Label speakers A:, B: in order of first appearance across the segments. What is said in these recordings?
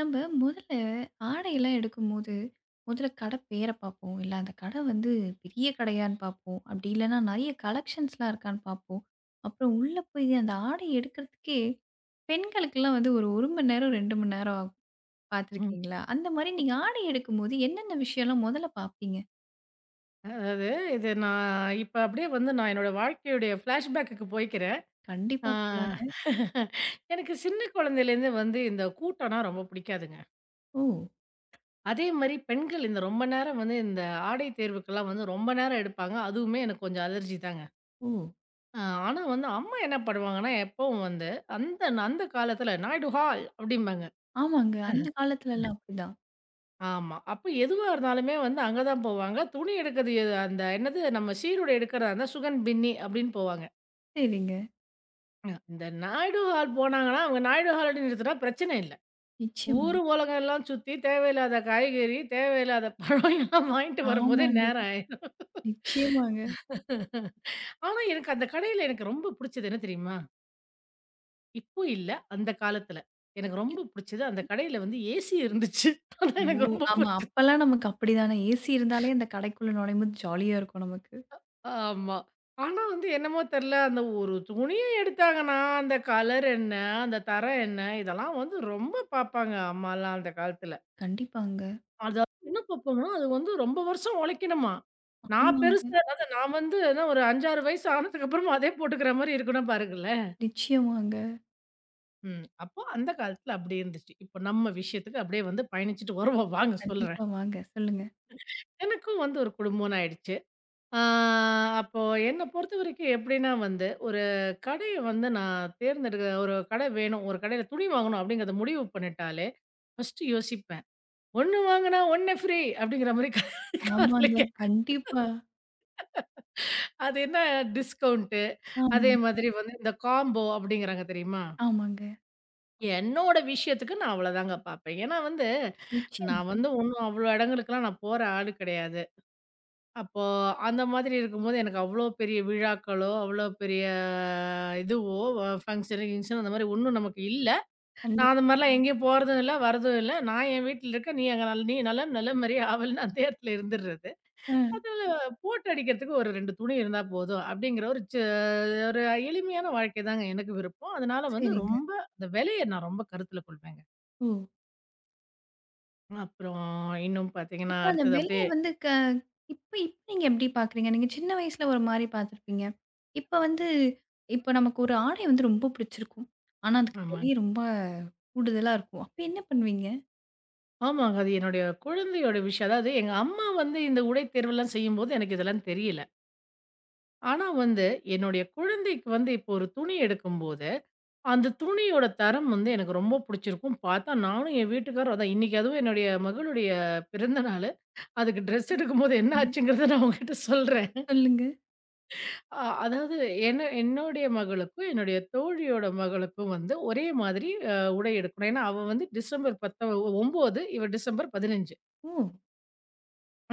A: நம்ம முதல்ல ஆடையெல்லாம் எடுக்கும்போது, முதல்ல கடை பேர பார்ப்போம். இல்ல அந்த கடை வந்து பெரிய கடையான்னு பார்ப்போம். அப்படி இல்லன்னா நெறைய கலெக்ஷன்ஸ்லாம் இருக்கான்னு பார்ப்போம். அப்புறம் உள்ள போய் அந்த ஆடை எடுக்கிறதுக்கே பெண்களுக்கெல்லாம் வந்து ஒரு 1 மணி நேரம், 2 மணி நேரம் ஆகும்.
B: ம்.
A: பார்த்துருக்கீங்களா? அந்த மாரி நீங்க ஆடை எடுக்கும்போது என்னென்ன விஷயம்லாம் முதல்ல பார்ப்பீங்க?
B: அதாவது இது நான் இப்ப அப்படியே வந்து நான் என்னோட வாழ்க்கையுடைய ஃப்ளாஷ்பேக்குக்கு போய்க்கிறேன். ஆ
A: கண்டிப்பா போலாங்க.
B: எனக்கு சின்ன குழந்தையிலேருந்து வந்து இந்த கூட்டம்னா ரொம்ப பிடிக்காதுங்க.
A: ஓ!
B: அதே மாரி பெண்கள் இந்த ரொம்ப நேரம் வந்து இந்த ஆடை தேர்வுக்கெல்லாம் வந்து ரொம்ப நேரம் எடுப்பாங்க. அதுவுமே எனக்கு கொஞ்சம் அலர்ஜி தாங்க.
A: ஓ!
B: அ ஆனா வந்து அம்மா என்ன பண்ணுவாங்கன்னா, எப்பவும் வந்து அந்த அந்த காலத்தில "நாயுடு ஹால்" அப்படிம்பாங்க.
A: ஆமாங்க. அந்த காலத்துலலாம் அப்படிதான்.
B: ஆமா. அப்ப எதுவா இருந்தாலுமே வந்து அங்க தான் போவாங்க. துணி எடுக்கிறது அந்த என்னது நம்ம சீருடை எடுக்கிறதா இருந்தா சுகன் பின்னி அப்படின்னு போவாங்க.
A: சரிங்க.
B: இந்த நாயுடு ஹால் போனாங்கன்னா, அவங்க நாயுடு ஹால்ன்னு நிறுத்துனா பிரச்சனை இல்ல.
A: நிச்சயமா.
B: ஊரு உலகம் எல்லாம் சுத்தி தேவையில்லாத காய்கறி, தேவையில்லாத பழம் எல்லாம் வாங்கிட்டு வரும்போதே
A: ஆமாங்க.
B: நேரம் ஆயிரும்.
A: நிச்சயமாங்க.
B: ஆனா, எனக்கு அந்த கடையில எனக்கு ரொம்ப புடிச்சது என்ன தெரியுமா? இப்போ இல்ல, அந்த காலத்துல. எனக்கு ரொம்ப புடிச்சது அந்த கடையில வந்து ஏசி இருந்துச்சு. அதான்
A: ஓ!
B: எனக்கு ரொம்ப
A: ஆமா.
B: புடிச்சது.
A: அப்பல்லாம் நமக்கு அப்படிதானே. ஏசி இருந்தாலே அந்த கடைக்குள்ள நுழையும்போது ஜாலியா இருக்கும் நமக்கு.
B: ஆமா. ஆனா வந்து என்னமோ தெர்ல, அந்த ஒரு துணிய எடுத்தாங்கன்னா, அந்த கலர் என்ன? அந்த தரம் என்ன? இதெல்லாம் வந்து ரொம்ப பாப்பாங்க அம்மாலாம் அந்த காலத்துல.
A: கண்டிப்பாங்க.
B: அது என்ன பக்குவம்னா, அது வந்து ரொம்ப வருஷம் உழைக்கணுமா. நான்
A: ஆமாங்க.
B: பெருசா அதாவது நான் வந்து என்ன ஒரு 5, 6 வயசு ஆனதுக்கு அப்புறமா அதே போட்டுக்கிற மாரி இருக்கும்னா பாருங்களேன்.
A: நிச்சயமாங்க.
B: ம். அப்போ அந்த காலத்துல அப்படி இருந்துச்சு. இப்போ நம்ம விஷயத்துக்கு அப்படியே வந்து பயணிச்சுட்டு வருவோம். வாங்க சொல்றேன்.
A: கண்டிப்பா வாங்க. சொல்லுங்க.
B: எனக்கும் வந்து ஒரு குடும்பம்ன்னு ஆயிடுச்சு. ஆ அப்போ என்ன பொறுத்தவரைக்கும் எப்படின்னா வந்து, ஒரு கடைய வந்து நான் தேர்ந்தெடுக்க ஒரு கடை வேணும். ஒரு கடையில துணி வாங்கணும் அப்படிங்கிறத முடிவு பண்ணிட்டாலே, ஃபர்ஸ்ட்டு யோசிப்பேன். 1 வாங்குனா 1 ஃப்ரீ அப்படிங்கிற மாரி காதுல
A: ஆமாங்க. கண்டிப்பா.
B: அது என்ன டிஸ்கவுண்ட்டு.
A: ஆமா.
B: அதே மாதிரி வந்து இந்த காம்போ அப்படிங்கிறாங்க தெரியுமா?
A: ஆமாங்க.
B: என்னோட விஷயத்துக்கு நான் அவ்வளோதாங்க பார்ப்பேன். ஏன்னா வந்து,
A: நிச்சயம்.
B: நான் வந்து ஒண்ணும் அவ்வளோ இடங்களுக்கெல்லாம் நான் போற ஆளு கிடையாது. அப்போ அந்த மாதிரி இருக்கும்போது எனக்கு அவ்வளோ பெரிய விழாக்களோ, அவ்வளோ பெரிய இதுவோ ஃபங்ஷனு, கிங்ஷனு அந்த மாரி ஒண்ணும் நமக்கு இல்ல. நான் அந்த
A: கண்டிப்பா.
B: மாரிலாம் எங்கேயும் போறதும் இல்ல, வரதும் இல்ல. நான் என் வீட்ல இருக்கேன். நீ நலம், நலம் அறிய ஆவல்ன்னு அந்த இடத்துல இருந்துர்றது.
A: ஆ.
B: அதுல போட்டு அடிக்கிறதுக்கு ஒரு 2 துணி இருந்தா போதும். அப்படிங்கிற ஒரு எளிமையான வாழ்க்கைதாங்க எனக்கு விருப்பம். அதனால வந்து
A: சரிங்க.
B: ரொம்ப அந்த விலைய நான் ரொம்ப கருத்துல கொள்வேங்க.
A: ஓ!
B: அப்புறம் இன்னும் பார்த்தீங்கன்னா,
A: இப்ப அந்த
B: அடுத்தது
A: வெளிய
B: அப்படியே
A: வந்து க இப்ப இப்ப நீங்க எப்படி பார்க்குறீங்க? நீங்க சின்ன வயசுல ஒரு மாரி பார்த்துருப்பீங்க. இப்ப வந்து இப்ப நமக்கு ஒரு ஆடை வந்து ரொம்ப பிடிச்சிருக்கும். ஆனா, அதுக்கு வெளிய
B: ஆமாங்க.
A: ரொம்ப கூடுதலா இருக்கும். அப்ப என்ன பண்ணுவீங்க?
B: ஆமாங்க. அது என்னுடைய குழந்தையோட விஷயம். அதாவது எங்க அம்மா வந்து இந்த உடை தேர்வெல்லாம் செய்யும்போது எனக்கு இதெல்லாம் தெரியல. ஆனா வந்து என்னுடைய குழந்தைக்கு வந்து இப்போ ஒரு துணி எடுக்கும்போது, அந்த துணியோட தரம் வந்து எனக்கு ரொம்ப புடிச்சிருக்கும். பார்த்தா நானும் என் வீட்டுக்காரரும் அதான் இன்னைக்கு அதுவும் என்னுடைய மகளுடைய பிறந்தநாள். அதுக்கு ட்ரெஸ் எடுக்கும்போது என்ன
A: சரிங்க.
B: ஆச்சுங்கிறத நான் உங்ககிட்ட சொல்றேன்.
A: சொல்லுங்க.
B: அதாவது என்னுடைய மகளுக்கும், என்னுடைய தோழியோட மகளுக்கும் வந்து ஒரே மாதிரி உடை எடுக்கணும். ஏன்னா, அவ வந்து டிசம்பர் 10 9 இவ டிசம்பர் 15
A: ஓ!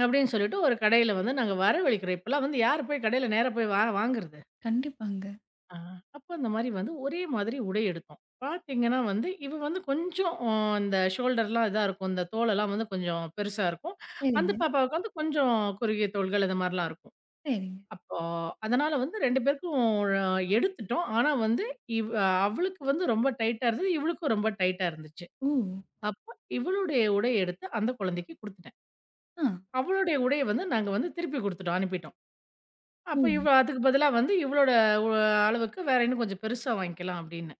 B: அப்படின்னு சொல்லிட்டு ஒரு கடையில வந்து நாங்க வரவழைக்கிறோம். இப்பலாம் வந்து யார் போய் கடையில நேரா போய் வா வாங்குறது?
A: கண்டிப்பாங்க.
B: ஆ அப்ப அந்த மாரி வந்து ஒரே மாதிரி உடை எடுத்தோம். பார்த்தீங்கன்னா வந்து, இவ வந்து கொஞ்சம் இந்த ஷோல்டர்லாம் இதா இருக்கும். இந்த தோளெல்லாம் வந்து கொஞ்சம் பெருசா இருக்கும். அந்த
A: சரிங்க,
B: பாப்பாவுக்கு வந்து கொஞ்சம் குறுகிய தோள்கள் இந்த மாரிலாம் இருக்கும்.
A: சரிங்க.
B: அப்போ அதனால வந்து 2 பேருக்கும் எடுத்துட்டோம். ஆனா வந்து இவ் அவளுக்கு வந்து ரொம்ப டைட்டா இருந்தது. இவளுக்கும் ரொம்ப டைட்டா இருந்துச்சு.
A: ஓ!
B: அப்போ இவளுடைய உடைய எடுத்து அந்த குழந்தைக்கு குடுத்துட்டேன்.
A: ஆ.
B: அவளுடைய உடைய வந்து நாங்க வந்து திருப்பி குடுத்துட்டோம். அனுப்பிட்டோம்.
A: ஓ!
B: அப்ப இவ அதுக்கு பதிலா வந்து இவளோட ஒ அளவுக்கு வேற இன்னும் கொஞ்சம் பெருசா வாங்கிக்கலாம் அப்படின்னு.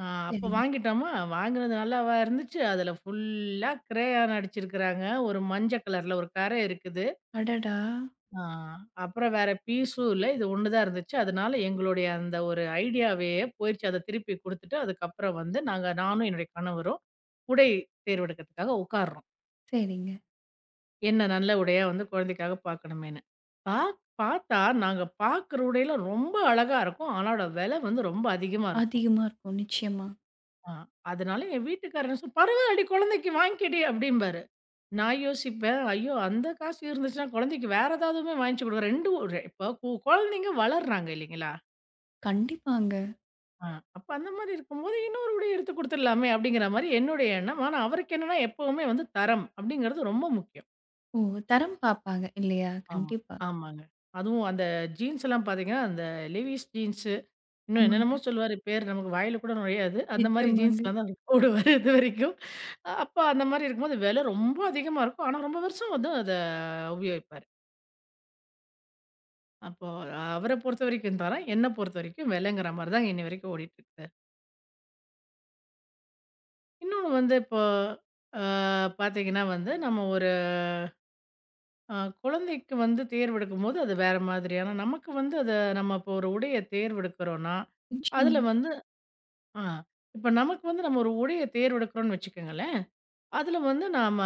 B: ஆ அப்போ
A: சரிங்க.
B: வாங்கிட்டோமா, வாங்கினது நல்லாவா இருந்துச்சு. அதுல ஃபுல்லா கிரேயான் அடிச்சிருக்கிறாங்க. ஒரு மஞ்ச கலர்ல ஒரு கரை இருக்குது.
A: அடடா!
B: ஆ. அப்புறம் வேற பீஸும் இல்ல. இது 1 தான் இருந்துச்சு. அதனால எங்களுடைய அந்த ஒரு ஐடியாவே போயிருச்சு. அத திருப்பி குடுத்துட்டு, அதுக்கப்புறம் வந்து நாங்க நானும் என்னுடைய கணவரும் உடை தேர்வெடுக்கிறதுக்காக உட்கார்றோம்.
A: சரிங்க.
B: என்ன நல்ல உடையா வந்து குழந்தைக்காக பார்க்கணுமேன்னு. பார்த்தா, நாங்க பார்க்குற உடையில ரொம்ப அழகா இருக்கும். ஆனா அதோட விலை வந்து ரொம்ப அதிகமா இருக்கும்.
A: அதிகமா இருக்கும் நிச்சயமா.
B: ஆ. அதனால என் வீட்டுக்காரர் "பரவாயில்லடி குழந்தைக்கு வாங்கிக்கடி" அப்படிம்பாரு. நான் யோசிப்பேன், ஐயோ! அந்த காசு இருந்துச்சுன்னா குழந்தைக்கு வேற ஏதாவதுமே வாங்கிச்சு கொடுக்க 2 ஒரு இப்போ குழந்தைங்க வளர்றாங்க இல்லைங்களா?
A: கண்டிப்பாங்க.
B: ஆ அப்ப அந்த மாரி இருக்கும்போது இன்னொரு உடை எடுத்து குடுத்துடலாமே அப்படிங்கிற மாரி என்னுடைய எண்ணம். ஆனா அவருக்கு என்னன்னா எப்பவுமே வந்து தரம் அப்படிங்கிறது ரொம்ப முக்கியம்.
A: ஓ! தரம் பார்ப்பாங்க இல்லையா?
B: ஆமா.
A: கண்டிப்பா.
B: ஆமாங்க. அதுவும் அந்த ஜீன்ஸ் எல்லாம் பார்த்தீங்கன்னா, அந்த லெவிஸ் ஜீன்ஸ் இன்னும்
A: ஆமாங்க.
B: என்னென்னமோ சொல்லுவாரு பேர் நமக்கு வாயில கூட நுழையாது. அந்த மாரி
A: நிச்சயமாங்க.
B: ஜீன்ஸ்ல தான் அவர் போடுவாரு இதுவரைக்கும். அப்ப அந்த மாரி இருக்கும்போது விலை ரொம்ப அதிகமா இருக்கும். ஆனா ரொம்ப வருஷம் வந்து அத உபயோகிப்பாரு. அப்போ அவர பொறுத்தவரைக்கும் தரேன். என்ன பொறுத்தவரைக்கும் விலைங்கிற மாரி தான் இன்னி வரைக்கும் ஓடிட்டு இருக்கு. இன்னொன்னு வந்து இப்போ அ பார்த்தீங்கன்னா வந்து நம்ம ஒரு அ குழந்தைக்கு வந்து தேர்வெடுக்கும்போது அது வேற மாதிரியான நமக்கு வந்து அத நம்ம இப்போ ஒரு உடைய தேர்வெடுக்கிறோம்னா, அதுல
A: நிச்சயமா.
B: வந்து ஆ இப்ப நமக்கு வந்து நம்ம ஒரு உடைய தேர்வெடுக்கிறோம்னு வச்சுக்கோங்களேன். அதில வந்து நாம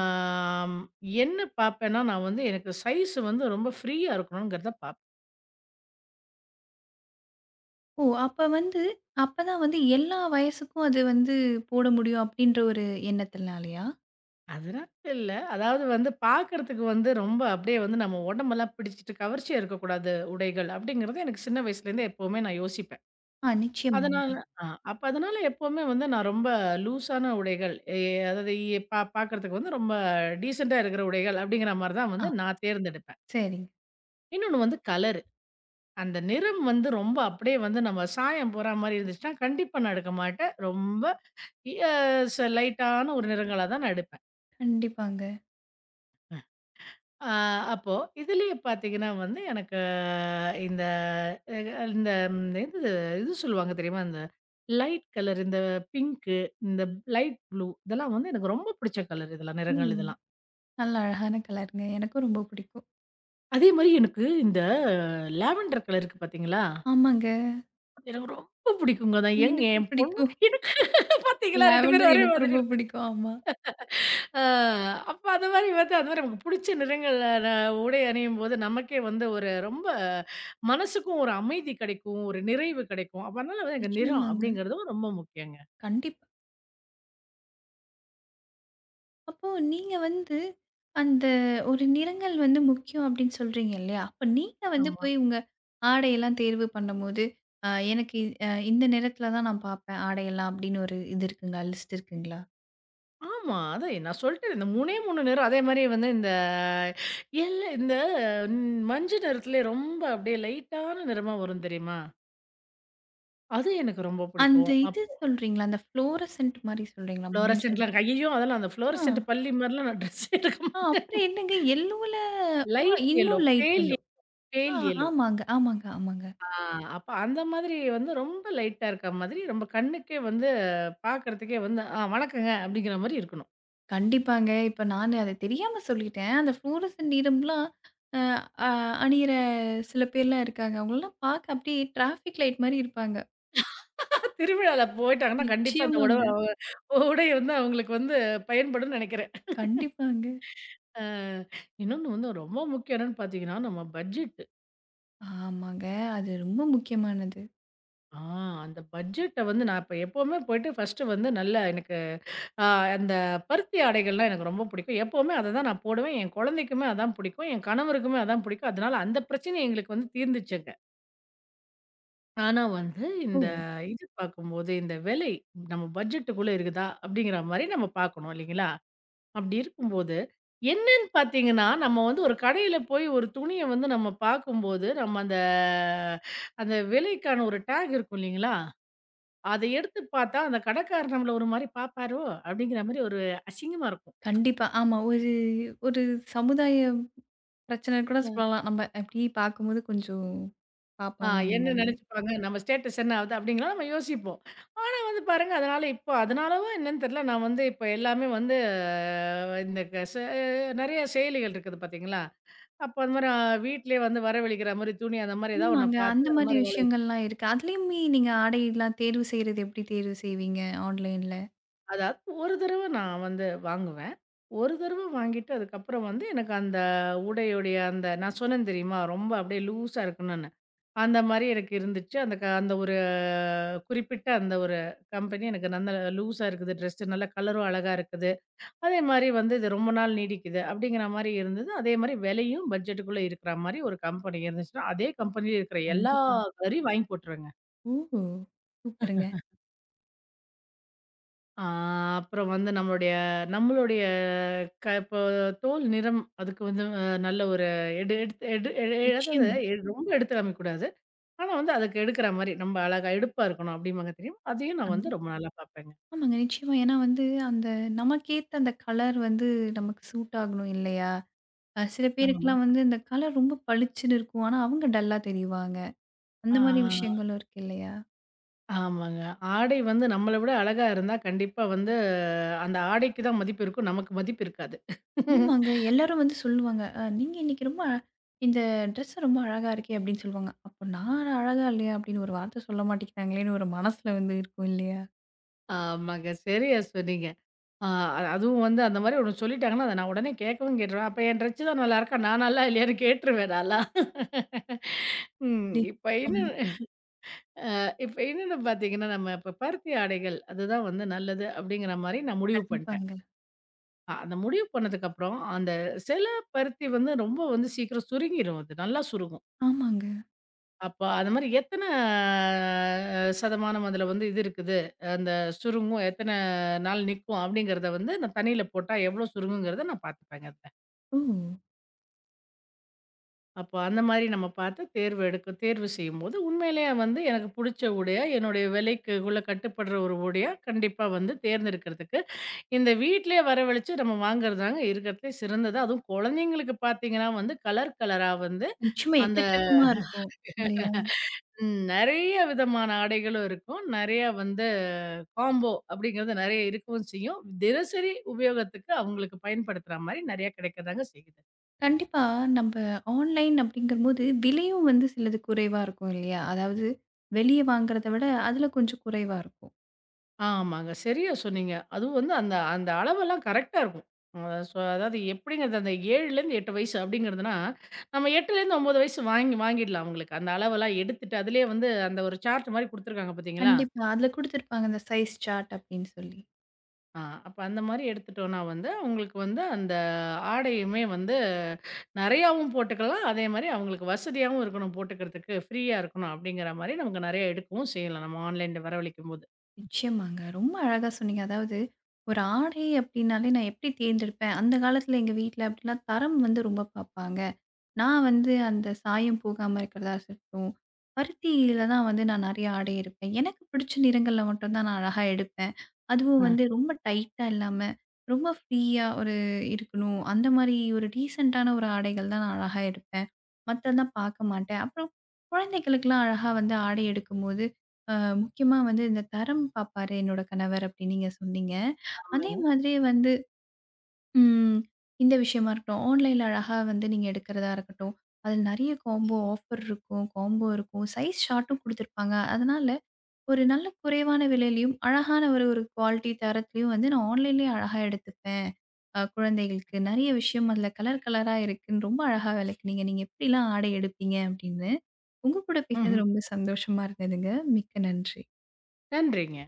B: என்ன பார்ப்பேன்னா, நான் வந்து எனக்கு சைஸ் வந்து ரொம்ப ஃப்ரீயா இருக்கணுங்கிறத பார்ப்பேன்.
A: ஓ! அப்ப வந்து அப்பதான் வந்து எல்லா வயசுக்கும் அது வந்து போட முடியும் அப்படின்ற ஒரு எண்ணத்தினாலயா?
B: அதனால இல்ல. அதாவது வந்து பார்க்கறதுக்கு வந்து ரொம்ப அப்படியே வந்து நம்ம உடம்பெல்லாம் பிடிச்சிட்டு கவர்ச்சியா இருக்கக்கூடாது உடைகள் அப்படிங்கிறது எனக்கு சின்ன வயசுலேருந்தே எப்பவுமே நான் யோசிப்பேன்.
A: ஆ நிச்சயமாங்க.
B: அதனால ஆ அப்ப அதனால எப்பவுமே வந்து நான் ரொம்ப லூஸான உடைகள், அதாவது எ பா பார்க்கறதுக்கு வந்து ரொம்ப டீசென்ட்டா இருக்கிற உடைகள் அப்படிங்கிற மாரி தான்
A: ஆ
B: வந்து நான் தேர்ந்தெடுப்பேன்.
A: சரிங்க.
B: இன்னொன்னு வந்து கலர். அந்த நிறம் வந்து ரொம்ப அப்படியே வந்து நம்ம சாயம் போற மாரி இருந்துச்சுன்னா, கண்டிப்பா நான் எடுக்க மாட்டேன். ரொம்ப அ ச லைட்டான ஒரு நிறங்களா தான் நான் எடுப்பேன்.
A: கண்டிப்பாங்க.
B: அ அப்போ இதுலயே பார்த்தீங்கன்னா வந்து எனக்கு இந்த அ இந்த ம், இது இது சொல்லுவாங்க தெரியுமா? இந்த லைட் கலர் இந்த பிங்க்கு, இந்த லைட் ப்ளூ இதெல்லாம் வந்து எனக்கு ரொம்ப பிடிச்ச கலர் இதெல்லாம் நிறங்கள்
A: ம்.
B: இதெல்லாம்.
A: நல்ல அழகான கலருங்க. எனக்கும் ரொம்ப பிடிக்கும்.
B: அதே மாரி எனக்கு இந்த லாவெண்டர் கலர் இருக்கு பார்த்தீங்களா?
A: ஆமாங்க.
B: எனக்கு ரொம்ப பிடிக்குங்க. நான் எங்க
A: எனக்கும்
B: என் பொண்ணு
A: பிடிக்கும்.
B: எனக்கு பார்த்தீங்களா 2 பேரும்
A: லாவெண்டர்
B: ஒரே
A: எனக்கும்
B: மாதிரி
A: ரொம்ப பிடிக்கும். ஆமா.
B: அ அப்ப அந்த மாரி வந்து அந்த மாரி நமக்கு புடிச்ச நிறங்கள்ல உடை அணியும்போது, நமக்கே வந்து ஒரு ரொம்ப மனசுக்கும் ஒரு அமைதி கிடைக்கும், ஒரு நிறைவு கிடைக்கும். அப்ப அதனால வந்து எனக்கு நிறம்
A: நிச்சயமாங்க.
B: அப்படிங்கிறதும் ரொம்ப முக்கியங்க.
A: கண்டிப்பா. அப்போ நீங்க வந்து அந்த ஒரு நிறங்கள் வந்து முக்கியம் அப்டின்னு சொல்றீங்க இல்லையா? அப்ப நீங்க வந்து
B: ஆமா.
A: போய் உங்க ஆடையெல்லாம் தேர்வு பண்ணும்போது, அ எனக்கு அ இந்த நிறத்தில தான் நான் பாப்பேன் ஆடையெல்லாம் அப்டின்னு ஒரு இது இருக்குங்களா? லிஸ்ட் இருக்குங்களா?
B: ஆமா. அதான் நான் சொல்லிட்டேனே இந்த 3 நிறம். அதே மாரி வந்து இந்த இந்த மஞ்ச நிறத்திலே ரொம்ப அப்படியே லைட்டான நிறமா வரும் தெரியுமா? அது எனக்கு ரொம்ப
A: அந்த
B: புடிக்கும்.
A: இது
B: அப்போ
A: சொல்றீங்களா? அந்த ஃப்ளோரசன்ட் மாரி சொல்றீங்களா? மஞ்சள்.
B: ஃப்ளோரசன்ட்லாம் ஐயயோ! அதெல்லாம் அந்த
A: ஆ,
B: ஃப்ளோரசன்ட் பல்லி மாரிலாம் நான் ட்ரெஸ் எடுக்க
A: ஆ
B: மாட்டேன்.
A: அப்புறம் என்னங்க எல்லோல ஆ
B: லைட் எல்லோ,
A: இன்னும் லைட் எல்லோ. ஆ
B: பேல் எல்லோ.
A: ஆமாங்க, ஆமாங்க, ஆமாங்க.
B: ஆ, அப்ப அந்த மாதிரி வந்து ரொம்ப லைட்டா இருக்க மாதிரி, நம்ம கண்ணுக்கே வந்து பார்க்கறதுக்கே வந்து, "ஆ வணக்கங்க" அப்படிங்கிற மாரி இருக்கணும்.
A: கண்டிப்பாங்க. இப்ப நானு அத தெரியாம சொல்லிட்டேன். அந்த ஃப்ளோரசன்ட் நீடம்லாம் அ அ அணியிற சில பேர்லாம் இருக்காங்க. அவங்களலாம் பார்க்க அப்படியே டிராஃபிக் லைட் மாரி இருப்பாங்க.
B: திருவிழால போயிட்டாங்கன்னா, கண்டிப்பா அந்த உடவ
A: நிச்சயமாங்க.
B: அவங்க உடை வந்து அவங்களுக்கு வந்து பயன்படும்னு நெனைக்கிறேன்.
A: கண்டிப்பாங்க.
B: அ இன்னொன்னு வந்து ரொம்ப முக்கியம் என்னன்னு பார்த்தீங்கன்னா, நம்ம பட்ஜெட்.
A: ஆமாங்க. அது ரொம்ப முக்கியமானது.
B: ஆ அந்த பட்ஜெட்ட வந்து நான் இப்ப எப்பவுமே போயிட்டு ஃபர்ஸ்ட்டு வந்து நல்லா எனக்கு அ அந்த பருத்தி ஆடைகள்லாம் எனக்கு ரொம்ப பிடிக்கும். எப்பவுமே அத தான் நான் போடுவேன். என் குழந்தைக்குமே அதான் பிடிக்கும். என் கணவருக்குமே அதான் பிடிக்கும். அதனால அந்த பிரச்சனை எங்களுக்கு வந்து தீர்ந்துச்சுங்க. ஆனா வந்து
A: ஓ!
B: இந்த ம். இது பார்க்கும்போது, இந்த விலை நம்ம பட்ஜெட்டுக்குள்ள இருக்குதா? அப்படிங்கிற மாரி நம்ம பார்க்கணும் இல்லைங்களா? அப்படி இருக்கும்போது, என்னன்னு பார்த்தீங்கன்னா, நம்ம வந்து ஒரு கடையில போய் ஒரு துணிய வந்து நம்ம பார்க்கும்போது, நம்ம அந்த அந்த விலைக்கான ஒரு டேக் இருக்கும் இல்லைங்களா? அத எடுத்து பார்த்தா, அந்த கடைக்காரர் நம்மள ஒரு மாரி பார்ப்பாரோ? அப்படிங்கிற மாரி ஒரு அசிங்கமா இருக்கும்.
A: கண்டிப்பா. ஆமா. ஒரு ஒரு சமுதாய பிரச்சனைன்னு கூட
B: ம்.
A: சொல்லலாம். நம்ம அப்படி பார்க்கும்போது கொஞ்சம்
B: ஆ
A: பார்ப்பாங்க அந்த
B: என்ன
A: மாதிரி.
B: நெனைச்சுப்பாங்க? நம்ம ஸ்டேட்டஸ் என்ன ஆகுது? அப்படிங்கலாம் நம்ம யோசிப்போம். அது பாருங்க, அதனால இப்போ அதனாலவோ என்னன்னு தெரியல, நான் வந்து இப்ப எல்லாமே வந்து இந்த க ச நெறைய செயலிகள் இருக்குது பார்த்தீங்களா? அப்போ அந்த மாரி வீட்லயே வந்து வரவழிக்கிற மாரி துணி அந்த மாரி ஏதாவது ஒண்ண
A: ஆமாங்க. அந்த
B: பார்த்து அந்த
A: மாதிரி
B: மாரி
A: விஷயங்கள்லாம் இருக்கு. அதுலயுமே நீங்க ஆடைலாம் தேர்வு செய்றது எப்படி தேர்வு செய்வீங்க ஆன்லைன்ல?
B: அதாவது ஒரு தடவ நான் வந்து வாங்குவேன். ஒரு தடவ வாங்கிட்டு அதுக்கப்புறம் வந்து எனக்கு அந்த உடையுடைய அந்த நான் சொன்னேன் தெரியுமா? ரொம்ப அப்படியே லூஸா இருக்கணும்ன்னு. அந்த மாரி எனக்கு இருந்துச்சு. அந்த அந்த ஒரு குறிப்பிட்ட அந்த ஒரு கம்பெனி எனக்கு நல்ல லூஸா இருக்குது ட்ரெஸ்ஸு நல்ல கலரும் அழகா இருக்குது. அதே மாரி வந்து இது ரொம்ப நாள் நீடிக்குது அப்படிங்கிற மாரி இருந்தது. அதே மாரி விலையும் பட்ஜெட்டுக்குள்ள இருக்கிற மாரி ஒரு கம்பெனி இருந்துச்சுன்னா, அதே கம்பெனியில இருக்கிற எல்லா
A: கண்டிப்பா.
B: கறியும் வாங்கி போட்டுருவேங்க.
A: ஓஹோ! சூப்பருங்க.
B: ஆ அப்புறம் வந்து நம்மளுடைய நம்மளுடைய இப்போ தோல் நிறம் அதுக்கு வந்து நல்ல ஒரு எடு எடுத்து எடு எ அதாவது
A: நிச்சயமா.
B: ரொம்ப எடுத்து காமிக்கக்கூடாது. ஆனா வந்து அதுக்கு எடுக்கிற மாரி நம்ம அழகா எடுப்பா இருக்கணும் அப்படிம்பாங்க தெரியுமா? அதையும் நான் வந்து ரொம்ப
A: கண்டிப்பா.
B: நல்லா பார்ப்பேங்க.
A: ஆமாங்க. நிச்சயமா. ஏன்னா வந்து அந்த நமக்கேத்த அந்த கலர் வந்து நமக்கு சூட் ஆகணும் இல்லையா? அ சில
B: ஆமா.
A: பேருக்குலாம் வந்து இந்த கலர் ரொம்ப பளிச்சுன்னு இருக்கும். ஆனா அவங்க டல்லா தெரிவாங்க. அந்த
B: ஆ
A: மாரி விஷயங்களும் இருக்கு இல்லையா?
B: ஆமாங்க. ஆடை வந்து நம்மள விட அழகா இருந்தா கண்டிப்பா வந்து அந்த ஆடைக்கு தான் மதிப்பு இருக்கும். நமக்கு மதிப்பு இருக்காது.
A: ஆமாங்க. எல்லாரும் வந்து சொல்லுவாங்க. அ "நீங்க இன்னைக்கு ரொம்ப அழ இந்த ட்ரெஸ் ரொம்ப அழகா இருக்கே!" அப்படின்னு சொல்லுவாங்க. அப்போ நான் அழகா இல்லையா? அப்படின்னு ஒரு வார்த்தை சொல்ல மாட்டேங்கிறாங்களேன்னு ஒரு மனசுல வந்து இருக்கும் இல்லையா?
B: ஆமாங்க. சரியா சொன்னீங்க. ஆ அதுவும் வந்து அந்த மாரி ஒண்ணு சொல்லிட்டாங்கன்னா, அத நான் உடனே கேட்கவும் கேட்டுருவேன். அப்ப என் ட்ரெஸ் தான் நல்லாயிருக்கா? நான் நல்லா இல்லையான்னு கேட்டுருவேன் நல்லா. ம். இப்ப இன்னும்
A: நிச்சயமாங்க.
B: இப்ப இன்னொன்னு பார்த்தீங்கன்னா, நம்ம இப்ப பருத்தி ஆடைகள் அதுதான் வந்து நல்லது அப்படிங்கிற மாரி நான் முடிவு பண்ணிட்டேன்.
A: கண்டிப்பாங்க.
B: அந்த முடிவு பண்ணதுக்கப்புறம், அந்த சில பருத்தி வந்து ரொம்ப வந்து சீக்கிரம் சுருங்கிரும். அது நல்லா சுருங்கும்.
A: ஆமாங்க.
B: அப்ப அது மாரி எத்தன அ சதமானம் அதுல வந்து இது இருக்குது. அந்த சுருங்கும் எத்தன நாள் நிக்கும் அப்படிங்கிறத வந்து அந்த தண்ணியில போட்டா எவ்வளோ சுருங்குங்கிறத நான் பார்த்துப்பேங்க அதுல.
A: ஓ!
B: அப்போ அந்த மாரி நம்ம பார்த்து தேர்வு செய்யும்போது உண்மையிலேயே வந்து எனக்கு புடிச்ச உடைய, என்னுடைய விலைக்கு உள்ள கட்டுப்படுற ஒரு உடைய கண்டிப்பா வந்து தேர்ந்தெடுக்கிறதுக்கு, இந்த வீட்லயே வரவழைச்சு நம்ம வாங்குறதாங்க இருக்கிறதுலே சிறந்தது. அதுவும் குழந்தைங்களுக்கு பார்த்தீங்கன்னா வந்து கலர் கலரா வந்து
A: நிச்சயமா
B: அந்த
A: எக்கச்சக்கமா இருக்கும். இல்லையா?
B: ம் நெறைய விதமான ஆடைகளும் இருக்கும். நெறையா வந்து காம்போ அப்படிங்கிறது நெறைய இருக்கவும் செய்யும். தினசரி உபயோகத்துக்கு அவங்களுக்கு பயன்படுத்துற மாரி நெறைய கிடைக்கதாங்க செய்யுது.
A: கண்டிப்பா. நம்ப ஆன்லைன் அப்படிங்கும்போது, விலையும் வந்து சிலது குறைவா இருக்கும் இல்லையா? அதாவது வெளிய வாங்குறத விட, அதுல கொஞ்சம் குறைவா இருக்கும்.
B: ஆமாங்க. சரியா சொன்னீங்க. அதுவும் வந்து அந்த அந்த அளவெல்லாம் கரெக்ட்டா இருக்கும். அ சொ அதாவது எப்படிங்கிறது அந்த 7லருந்து 8 வயசு அப்படிங்கிறதுனா, நம்ம 8லருந்து 9 வயசு வாங்கி வாங்கிடலாம் அவங்களுக்கு. அந்த அளவெல்லாம் எடுத்துட்டு அதிலேயே வந்து அந்த ஒரு சார்ட் மாரி குடுத்துருக்காங்க பார்த்தீங்களா?
A: கண்டிப்பா. அதுல குடுத்திருப்பாங்க, இந்த சைஸ் சார்ட் அப்படின்னு சொல்லி.
B: ஆ, அப்ப அந்த மாரி எடுத்துட்டோம்னா வந்து, உங்களுக்கு வந்து அந்த ஆடையுமே வந்து நெறையாவும் போட்டுக்கலாம். அதே மாரி அவங்களுக்கு வசதியாவும் இருக்கணும் போட்டுக்கிறதுக்கு, ஃப்ரீயா இருக்கணும் அப்படிங்கிற மாரி நமக்கு நெறைய எடுக்கவும் செய்யலாம். நம்ம ஆன்லைன்ல வரவழைக்கும்போது.
A: நிச்சயமாங்க. ரொம்ப அழகா சொன்னீங்க. அதாவது ஒரு ஆடை அப்டின்னாலே நான் எப்படி தேர்ந்தெடுப்பேன்? அந்த காலத்துல எங்க வீட்ல அப்டிலாம் தரம் வந்து ரொம்ப பார்ப்பாங்க. நான் வந்து அந்த சாயம் போகாம இருக்கிறதா இருக்கட்டும், பருத்தியில தான் வந்து நான் நெறைய ஆடை எடுப்பேன். எனக்கு பிடிச்ச நிறங்கள்ல மட்டும் தான் நான் அழகா எடுப்பேன். அதுவும்
B: ஆ,
A: வந்து ரொம்ப டைட்டா இல்லாம, ரொம்ப ஃப்ரீயா ஒரு இருக்கணும். அந்த மாரி ஒரு டீசென்ட்டான ஒரு ஆடைகள் தான் நான் அழகா எடுப்பேன். மத்ததெல்லாம் பார்க்க மாட்டேன். அப்புறம் குழந்தைகளுக்கெல்லாம் அழகா வந்து ஆடை எடுக்கும்போது அ முக்கியமா வந்து இந்த தரம் பார்ப்பாரு என்னோட கணவர் அப்படின்னு நீங்க சொன்னீங்க. அதே
B: ஆமாங்க.
A: மாதிரி வந்து ம் இந்த விஷயமா இருக்கட்டும், ஆன்லைன்ல அழகா வந்து நீங்க எடுக்கிறதா இருக்கட்டும், அதில நெறைய காம்போ ஆஃபர் இருக்கும், காம்போ இருக்கும், சைஸ் சார்ட்டும் குடுத்துருப்பாங்க. அதனால ஒரு நல்ல குறைவான விலையிலயும், அழகான ஒரு ஒரு குவாலிட்டி தரத்திலயும் வந்து நான் ஆன்லைன்லேயே அழகா எடுத்துப்பேன். அ குழந்தைகளுக்கு நெறைய விஷயம் அதில கலர் கலரா இருக்குன்னு ரொம்ப அழகா விளக்குனீங்க. நீங்க எப்படிலாம் ஆடை எடுப்பீங்க அப்படின்னு. உங்க கூட
B: ம்ஹ்ம்.
A: பேசினது ரொம்ப சந்தோஷமா இருந்ததுங்க. மிக்க நன்றி.
B: நன்றிங்க.